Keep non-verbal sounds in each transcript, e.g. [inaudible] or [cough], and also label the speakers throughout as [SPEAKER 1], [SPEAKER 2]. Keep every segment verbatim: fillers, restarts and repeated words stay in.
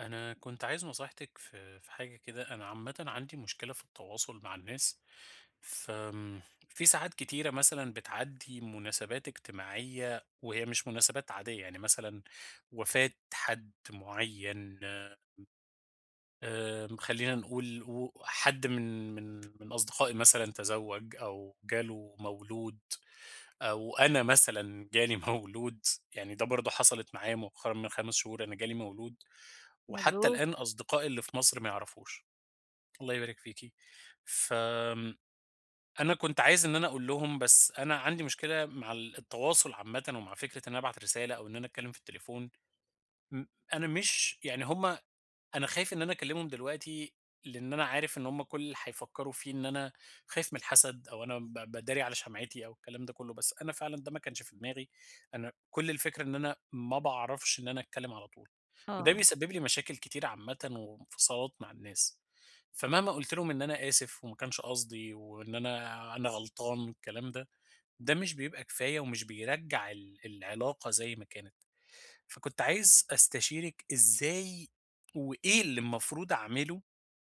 [SPEAKER 1] أنا كنت عايز نصيحتِك في في حاجة كده، أنا عامةً عندي مشكلة في التواصل مع الناس. فآمم، في ساعات كتيرة مثلًا بتعدّي مناسبات اجتماعية وهي مش مناسبات عادية، يعني مثلًا وفاة حد معيّن. آمم، خلّينا نقول و حد من من من أصدقائي مثلًا تزوّج أو جاله مولود، أو أنا مثلًا جالي [laughs] مولود. يعني ده برضه حصلت معايا مؤخرًا من 5 شهور، أنا جالي مولود. وحتى
[SPEAKER 2] مبروك،
[SPEAKER 1] الآن أصدقائي اللي في مصر ما يعرفوش. الله يبارك فيكِ. فآمم، أنا كنت عايز إن أنا أقول لهم، بس أنا عندي مشكلة مع ال التواصل عامةً، ومع فكرة إن أنا أبعت رسالة أو إن أنا أتكلم في التليفون. م أنا مش يعني هُم، أنا خايف إن أنا أكلّمهم دلوقتي، لإن أنا عارف إن هم كل اللي هيفكّروا فيه إن أنا خايف من الحسد، أو أنا ب باداري على شمعتي، أو الكلام ده كلّه، بس أنا فعلًا ده ما كانش في دماغي. أنا كل الفكرة إن أنا ما باعرفش إن أنا أتكلّم على طول، وده
[SPEAKER 2] آه،
[SPEAKER 1] بيسبب لي مشاكل كتير عامةً وانفصالات مع الناس. فمهما قُلت لهم إن أنا آسف وما كانش قصدي وإن أنا أنا غلطان والكلام ده، ده مش بيبقى كفاية، ومش بيرجّع ال العلاقة زي ما كانت. فكنت عايز أستشيرِك إزاي، وإيه اللي المفروض أعمله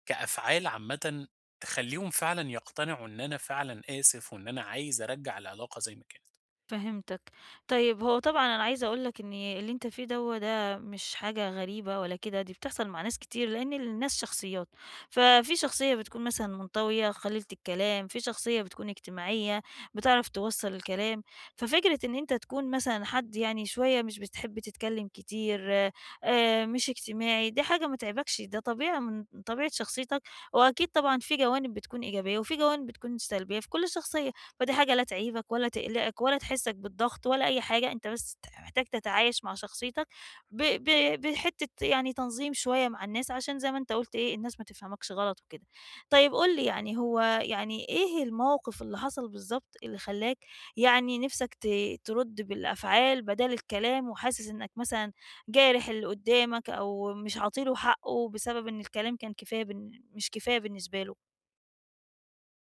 [SPEAKER 1] كأفعال عامةً تخلّيهم فعلًا يقتنعوا إن أنا فعلًا آسف، وإن أنا عايز أرجّع العلاقة زي ما كانت.
[SPEAKER 2] فهمتك. طيب هو طبعًا أنا عايزة أقول لك إن اللي أنت فيه دوّة ده مش حاجة غريبة ولا كده، دي بتحصل مع ناس كتير، لإن الناس شخصيات. ففي شخصية بتكون مثلًا منطوية، قليلة الكلام، في شخصية بتكون اجتماعية، بتعرف توصّل الكلام. ففكرة إن أنت تكون مثلًا حد يعني شوية مش بتحب تتكلم كتير، آآ، مش اجتماعي، دي حاجة ما تعيبكش، ده طبيعة من طبيعة شخصيتك، وأكيد طبعًا في جوانب بتكون إيجابية وفي جوانب بتكون سلبية في كل شخصية. فدي حاجة لا تعيبك ولا تقلقك ولا تحسّسك بالضغط ولا أي حاجة، أنت بس ت محتاج تتعايش مع شخصيتك ب ب بحتّة يعني تنظيم شوية مع الناس عشان زي ما أنت قُلت إيه، الناس ما تفهمكش غلط وكده. طيب قُل لي يعني هو يعني إيه الموقف اللي حصل بالضبط اللي خلّاك يعني نِفْسك ت ترُد بالأفعال بدال الكلام وحاسس إنّك مثلًا جارح اللي قُدّامك أو مش عاطي له حقّه بسبب إن الكلام كان كفاية بالن مش كفاية بالنسبة له؟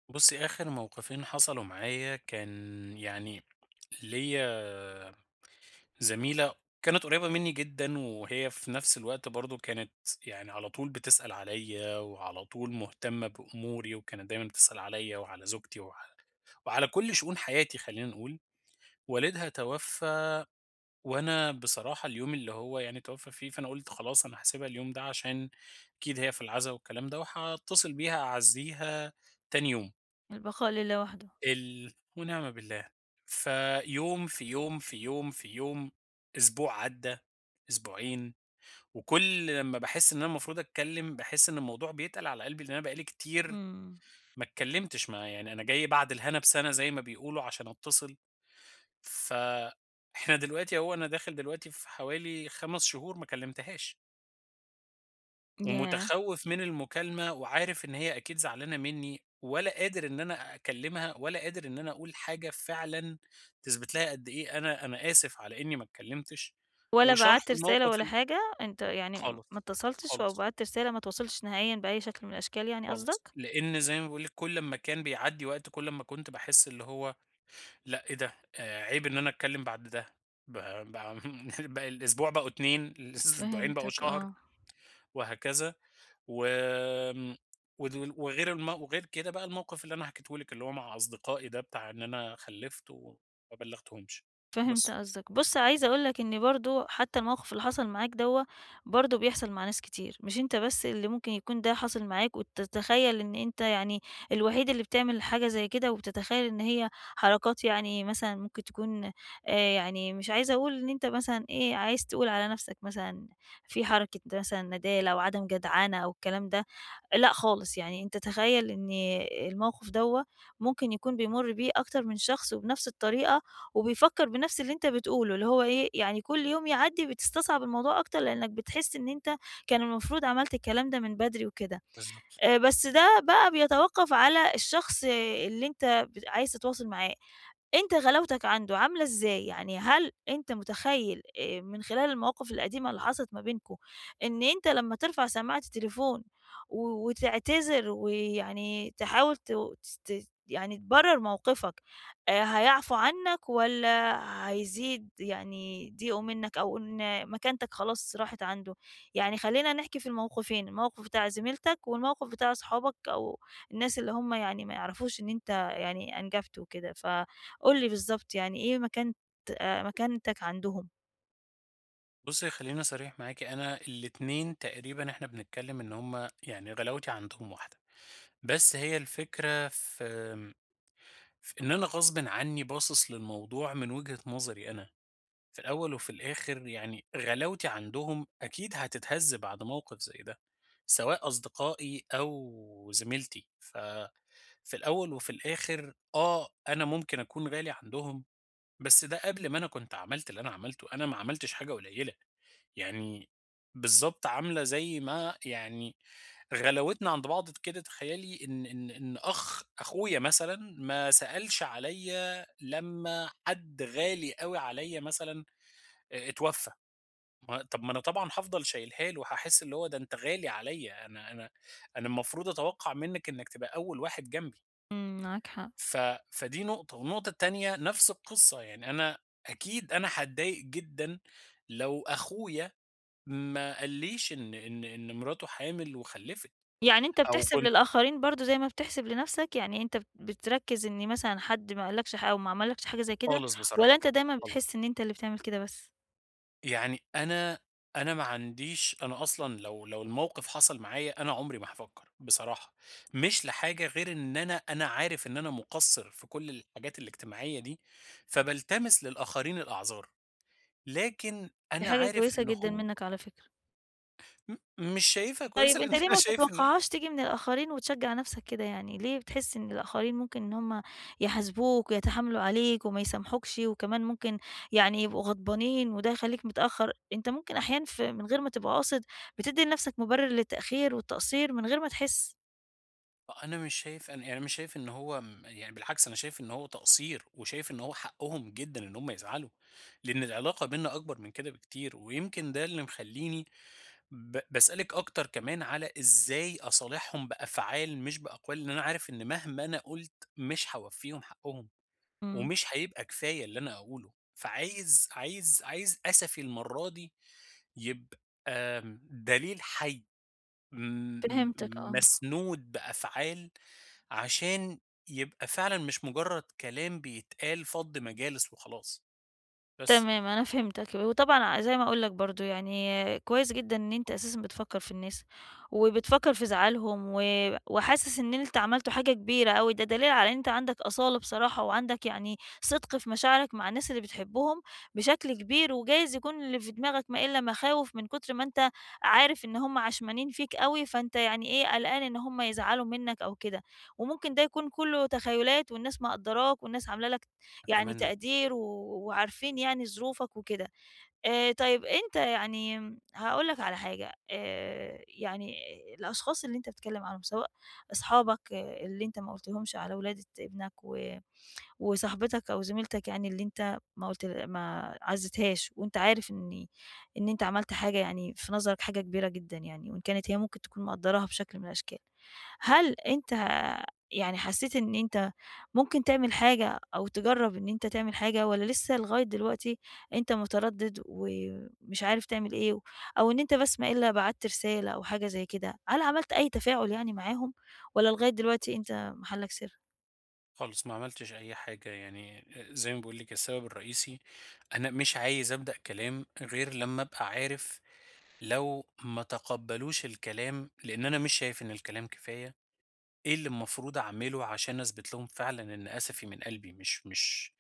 [SPEAKER 1] بُصّي، آخر موقفين حصلوا معايا، كان يعني ليّا زميلة كانت قريّبة منّي جدًا، وهي في نفس الوقت برضه كانت يعني على طول بتسأل عليّا، وعلى طول مهتمة بأموري، وكانت دايمًا بتسأل عليّا وعلى زوجتي وعلى وعلى كل شؤون حياتي، خلّينا نقول. والدها توفّى، وأنا بصراحة اليوم اللي هو يعني توفّى فيه، فأنا قُلت خلاص، أنا هاسيبها اليوم ده عشان أكيد هي في العزا والكلام ده، وهاتصل بيها أعزّيها تاني يوم.
[SPEAKER 2] البقاء لله وحده.
[SPEAKER 1] ال ونعم بالله. فيوم، في يوم، في يوم، في يوم، أسبوع عدّى، أسبوعين، وكل لمّا باحس إن أنا المفروض أتكلّم، باحس إن الموضوع بيتقل على قلبي، لإن أنا بقى لي كتير
[SPEAKER 2] إمم.
[SPEAKER 1] ما اتكلّمتش معاه. يعني أنا جاي بعد الهنا بسَنة زي ما بيقولوا عشان أتصل. فإحنا دلوقتي أهو، أنا داخل دلوقتي في حوالي 5 شهور ما كلمتهاش،
[SPEAKER 2] ياه!
[SPEAKER 1] ومتخوّف من المكالمة، وعارف إن هي أكيد زعلانة منّي، ولا قادر إن أنا أكلمها، ولا قادر إن أنا أقول حاجة فعلًا تثبت لها قد إيه أنا أنا آسف على إني ما اتكلمتش،
[SPEAKER 2] ولا
[SPEAKER 1] وشرح
[SPEAKER 2] بعتّ رسالة
[SPEAKER 1] الموقف
[SPEAKER 2] ولا
[SPEAKER 1] ال
[SPEAKER 2] حاجة؟ أنت يعني ما
[SPEAKER 1] خالص،
[SPEAKER 2] اتّصلتش أو
[SPEAKER 1] خالص،
[SPEAKER 2] بعتّ رسالة ما اتواصلتش نهائيًا بأي شكل من الأشكال يعني
[SPEAKER 1] خالص،
[SPEAKER 2] قصدك؟
[SPEAKER 1] لإن زي ما باقول لِك، كل أمّا كان بيعدّي وقت، كل أمّا كنت باحس اللي هو لأ، إيه ده! آآ عيب إن أنا أتكلّم بعد ده. ب بقى [laughs] بقى الأسبوع بقوا اتنين، الأسبوعين بقوا
[SPEAKER 2] فهمتك،
[SPEAKER 1] شهر،
[SPEAKER 2] آه.
[SPEAKER 1] وهكذا. وآمم ودول، وغير الم وغير كده بقى الموقف اللي أنا حكيته لِك، اللي هو مع أصدقائي ده، بتاع إن أنا خلّفت وما بلّغتهمش.
[SPEAKER 2] فهمت
[SPEAKER 1] بس.
[SPEAKER 2] قصدك. بُص، عايزة أقول لك إن برضه حتى الموقف اللي حصل معاك دوّة برضه بيحصل مع ناس كتير، مش أنت بس اللي ممكن يكون ده حصل معاك وتتخيل إن أنت يعني الوحيد اللي بتعمل حاجة زي كده، وبتتخيل إن هي حركات يعني مثلًا ممكن تكون آآ، يعني مش عايزة أقول إن أنت مثلًا إيه، عايز تقول على نفسك مثلًا في حركة مثلًا ندالة أو عدم جدعنة أو الكلام ده، لأ خالص، يعني أنت تخيل إن الموقف دوّة ممكن يكون بيمُر بيه أكتر من شخص وبنفس الطريقة وبيفكّر بنفس اللي أنت بتقوله، اللي هو إيه، يعني كل يوم يعدّي بتستصعب الموضوع أكتر لإنّك بتحس إن أنت كان المفروض عملت الكلام ده من بدري وكده.
[SPEAKER 1] بالضبط.
[SPEAKER 2] آآ بس ده بقى بيتوقّف على الشخص اللي أنت بت عايز تتواصل معاه. أنت غلاوتك عنده عاملة إزاي؟ يعني هل أنت متخيّل آآ من خلال المواقف القديمة اللي حصلت ما بينكم، إن أنت لمّا ترفع سماعة التليفون و وتعتذر ويعني تحاول ت تست يعني تبرر موقفك آآ هيعفو عنك والّا هيزيد يعني ضيقه منك أو إن مكانتك خلاص راحت عنده؟ يعني خلّينا نحكي في الموقفين، الموقف بتاع زميلتك والموقف بتاع صحابك أو الناس اللي هم يعني ما يعرفوش إن أنت يعني أنجبت وكده، ف قُل لي بالضبط يعني إيه مكانت آآ مكانتك عندهم.
[SPEAKER 1] بُصّي، خلّيني صريح معاكِ، أنا الاتنين تقريبًا إحنا بنتكلّم إن هُم يعني غلاوتي عندهم واحدة، بس هي الفكرة في آمم، في إن أنا غصبٍ عني باصص للموضوع من وجهة نظري أنا. في الأول وفي الآخر يعني غلاوتي عندهم أكيد هتتهز بعد موقف زي ده، سواء أصدقائي أو زميلتي. ففي الأول وفي الآخر آه، أنا ممكن أكون غالي عندهم، بس ده قبل ما أنا كنت عملت اللي أنا عملته. أنا ما عملتش حاجة قليلة، يعني بالظبط عاملة زي ما يعني غلاوتنا عند بعض كده. تخيلي إن إن إن أخ أخويا مثلا ما سألش عليا، لما حد غالي قوي عليا مثلا آآ اتوفّى، ما طَب، ما أنا طبعًا هافضل شايلها له، هاحس اللي هو ده أنت غالي عليّا، أنا أنا أنا المفروض أتوقّع منّك إنّك تبقى أول واحد جنبي.
[SPEAKER 2] إمم، معاك حق.
[SPEAKER 1] ف فدي نقطة، والنقطة التانية نفس القصّة، يعني أنا أكيد أنا هاتضايق جدًا لو أخويا ما قالّيش إن إن إن مراته حامل وخلّفِت،
[SPEAKER 2] يعني أنت
[SPEAKER 1] أو
[SPEAKER 2] بتحسب
[SPEAKER 1] كنت
[SPEAKER 2] للآخرين برضه زي ما بتحسب لنَفْسك، يعني أنت بت بتركّز إن مثلًا حد ما قالكش ح أو ما عملكش حاجة زي كده،
[SPEAKER 1] خالص بصراحة.
[SPEAKER 2] والّا أنت دايمًا
[SPEAKER 1] خالص.
[SPEAKER 2] بتحس إن أنت اللي بتعمل كده بس؟
[SPEAKER 1] يعني أنا، أنا ما عنديش، أنا أصلًا لو لو الموقف حصل معايا أنا عمري ما هافكّر بصراحة، مش لحاجة غير إن أنا أنا عارف إن أنا مُقصّر في كل الحاجات الاجتماعية دي، فبالتمس للآخرين الأعذار، لكن
[SPEAKER 2] دي
[SPEAKER 1] أنا
[SPEAKER 2] حاجة
[SPEAKER 1] عارف
[SPEAKER 2] كويسة
[SPEAKER 1] إن
[SPEAKER 2] جدًا
[SPEAKER 1] هم
[SPEAKER 2] منّك على فكرة.
[SPEAKER 1] م مش شايفها كويسة،
[SPEAKER 2] طيب
[SPEAKER 1] لإن
[SPEAKER 2] أنت ليه
[SPEAKER 1] أنا
[SPEAKER 2] ما
[SPEAKER 1] شايف إنه
[SPEAKER 2] بتتوقعهاش تيجي من الآخرين وتشجّع نَفْسك كده يعني، ليه بتحس إن الآخرين ممكن إن هُم يحاسبوك ويتحاملوا عليك وما يسامحوكش وكمان ممكن يعني يبقوا غضبانين وده يخلّيك متأخّر، أنت ممكن أحيانًا ف من غير ما تبقى قاصد بتدّي لنَفْسك مُبرِّر للتأخير والتقصير من غير ما تحس.
[SPEAKER 1] أنا مش شايف، أنا يعني مش شايف إن هو م يعني، بالعكس أنا شايف إن هو تقصير، وشايف إن هو حقهم جدًا إن هم يزعلوا، لإن العلاقة بيننا أكبر من كده بكتير. ويمكن ده اللي مخلّيني ب باسألِك أكتر كمان على إزاي أصالحهم بأفعال مش بأقوال، لإن أنا عارف إن مهما أنا قُلت مش هاوفّيهم حقّهم،
[SPEAKER 2] إمم،
[SPEAKER 1] ومش هيبقى كفاية اللي أنا هاقوله. فعايز عايز عايز أسفي المرّة دي يبقى آمم، دليل حَي م
[SPEAKER 2] فهمتك
[SPEAKER 1] م
[SPEAKER 2] آه.
[SPEAKER 1] مسنود بأفعال، عشان يبقى فعلًا مش مجرّد كلام بيتقال فَض مجالس وخلاص، بس.
[SPEAKER 2] تمام، أنا فهمتك، وطبعًا زي ما أقول لك برضه يعني كويس جدًا إن أنت أساسًا بتفكّر في الناس، وبتفكّر في زعلهم و وحاسس إن أنت عملته حاجة كبيرة أوي، ده دليل على إن أنت عندك أصالة بصراحة، وعندك يعني صدق في مشاعرك مع الناس اللي بتحبهم بشكل كبير، وجايز يكون اللي في دماغك ما إلا مخاوف من كتر ما أنت عارف إن هم عشمانين فيك أوي، فأنت يعني إيه قلقان إن هم يزعلوا منك أو كده، وممكن ده يكون كله تخيلات والناس مقدّراك والناس عاملة لك يعني
[SPEAKER 1] أتمنى.
[SPEAKER 2] تقدير و وعارفين يعني ظروفك وكده. آآ طيب أنت يعني امم، هاقول لك على حاجة، آآ يعني الأشخاص اللي أنت بتتكلم عنهم سواء أصحابك آه، اللي أنت ما قُلتهمش على ولادة ابنك و وصاحبتك أو زميلتك يعني اللي أنت ما قُلت ما عزّيتهاش وأنت عارف إن إن أنت عملت حاجة يعني في نظرك حاجة كبيرة جدًا يعني وإن كانت هي ممكن تكون مقدّراها بشكل من الأشكال. هل أنت يعني حسّيت إن أنت ممكن تعمل حاجة أو تجرّب إن أنت تعمل حاجة والّا لسه لغاية دلوقتي أنت متردد ومش عارف تعمل إيه، أو إن أنت بس ما إلا بعتّ رسالة أو حاجة زي كده، هل عملت أي تفاعل يعني معاهم والّا لغاية دلوقتي أنت محلّك سر؟
[SPEAKER 1] خالص، ما عملتش أي حاجة. يعني زي ما باقول لِك، السبب الرئيسي، أنا مش عايز أبدأ كلام غير لمّا أبقى عارف لو ما تقبّلوش الكلام، لإن أنا مش شايف إن الكلام كفاية. إيه اللي المفروض أعمله عشان أثبت لهم فعلًا إن آسفي من قلبي، مش مش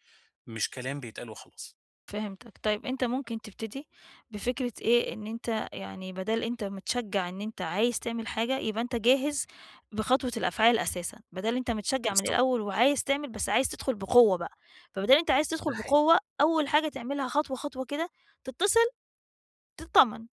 [SPEAKER 1] مش كلام بيتقال وخلاص.
[SPEAKER 2] فهمتك. طيب أنت ممكن تبتدي بفكرة إيه، إن أنت يعني بدال أنت متشجّع إن أنت عايز تعمل حاجة، يبقى أنت جاهز بخطوة الأفعال أساسًا، بدال أنت متشجّع من
[SPEAKER 1] بالضبط.
[SPEAKER 2] الأول وعايز تعمل، بس عايز تدخل بقوة بقى، فبدال أنت عايز
[SPEAKER 1] ده
[SPEAKER 2] تدخل
[SPEAKER 1] حقيقي.
[SPEAKER 2] بقوة، أول حاجة تعملها خطوة، خطوة كده، تتصل تتطمن.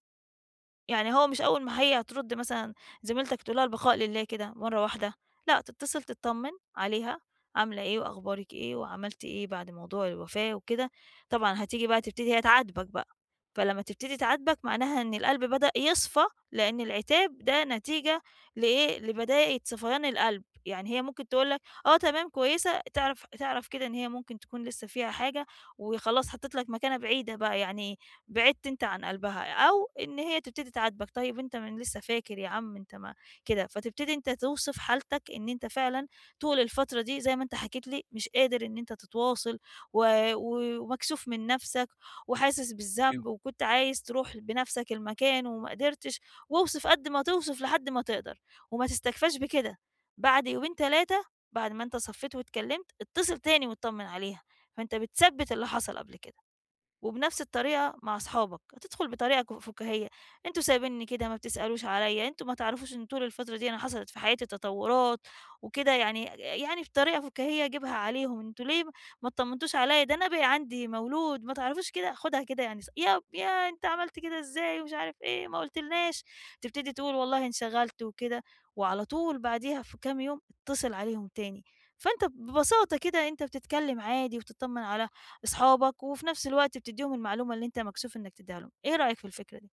[SPEAKER 2] يعني هو مش أول ما هي هترد مثلًا زميلتك تقول لها البقاء لله كده مرّة واحدة، لأ تتصل تتطمن عليها، عاملة إيه وأخبارِك إيه وعملتِ إيه بعد موضوع الوفاة وكده، طبعًا هتيجي بقى تبتدي هي تعاتبك بقى، فلما تبتدي تعاتبك معناها إن القلب بدأ يصفى، لأن العتاب ده نتيجة لإيه، لبداية صفيان القلب، يعني هي ممكن تقول لك آه تمام كويسة، تعرف تعرف كده إن هي ممكن تكون لسه فيها حاجة وخلاص حطِّت لك مكانة بعيدة بقى، يعني بعدت أنت عن قلبها، أو إن هي تبتدي تعاتبك، طيب أنت من لسه فاكر يا عم أنت ما كده، فتبتدي أنت توصف حالتك إن أنت فعلًا طول الفترة دي زي ما أنت حكيت لي مش قادر إن أنت تتواصل و و ومكسوف من نفسك وحاسس
[SPEAKER 1] أيوه.
[SPEAKER 2] بالذنب وكنت عايز تروح بنفسك المكان وما قدرتش، واوصف قد ما توصف لحد ما تقدر، وما تستكفاش بكده، بعد يومين تلاتة بعد ما أنت صفيت واتكلمت اتصل تاني واتطمن عليها، فأنت بتثبّت اللي حصل قبل كده. وبنفس الطريقة مع أصحابك، هتدخل بطريقة ك فُكاهية، أنتم سايبينّي كده ما بتسألوش عليَّ، أنتم ما تعرفوش إن طول الفترة دي أنا حصلت في حياتي تطورات وكده يعني يعني بطريقة فُكاهية أجيبها عليهم، أنتم ليه ما اتطمنتوش عليَّ، ده أنا بقى عندي مولود ما تعرفوش كده، خُدها كده يعني ص يا يا أنت عملت كده إزاي ومش عارف إيه، ما قُلتلناش، تبتدي تقول والله انشغلت وكده، وعلى طول بعديها في كام يوم اتصل عليهم تاني، فأنت ببساطة كده أنت بتتكلم عادي وبتطمن على أصحابك، وفي نفس الوقت بتدّيهم المعلومة اللي أنت مكسوف إنّك تدّيها لهم، إيه رأيك في الفكرة دي؟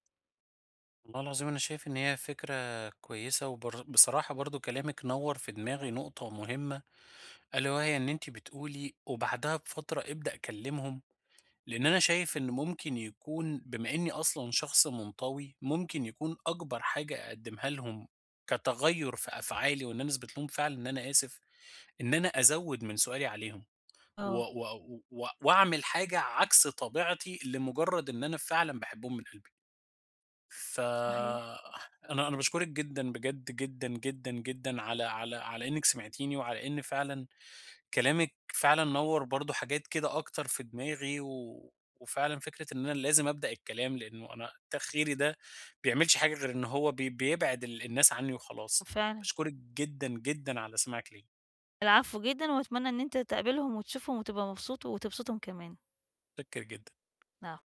[SPEAKER 1] والله العظيم أنا شايف إن هي فكرة كويسة، وبر بصراحة برضه كلامِك نوّر في دماغي نقطة مهمة، ألا وهي إن أنتِ بتقولي وبعدها بفترة ابدأ كلمهم. لأن أنا شايف إن ممكن يكون بما إني أصلًا شخص منطوي، ممكن يكون أكبر حاجة أقدّمها لهم كتغيُّر في أفعالي، وإن أنا أثبت لهم فعلًا إن أنا آسف، إن أنا أزوِّد من سؤالي عليهم، و
[SPEAKER 2] آه،
[SPEAKER 1] و و وأعمل حاجة عكس طبيعتي لمجرد إن أنا فعلًا باحبهم من قلبي. ف
[SPEAKER 2] صحيح.
[SPEAKER 1] أنا أنا باشكرِك جدًا بجد، جدًا، جدًا، جدًا على على على إنِّك سمعتيني، وعلى إن فعلًا كلامِك فعلًا نوّر برضه حاجات كده أكتر في دماغي، و وفعلًا فكرة إن أنا لازم أبدأ الكلام، لإنه أنا تأخيري ده بيعملش حاجة غير إن هو بي بيبعد ال الناس عني وخلاص.
[SPEAKER 2] فعلًا،
[SPEAKER 1] باشكرِك جدًا، جدًا على سماعِك ليّا.
[SPEAKER 2] العفو جدًا، وأتمنى إن أنت تقابلهم وتشوفهم وتبقى مبسوط وتبسطهم كمان،
[SPEAKER 1] متشكر جدًا.
[SPEAKER 2] العفو.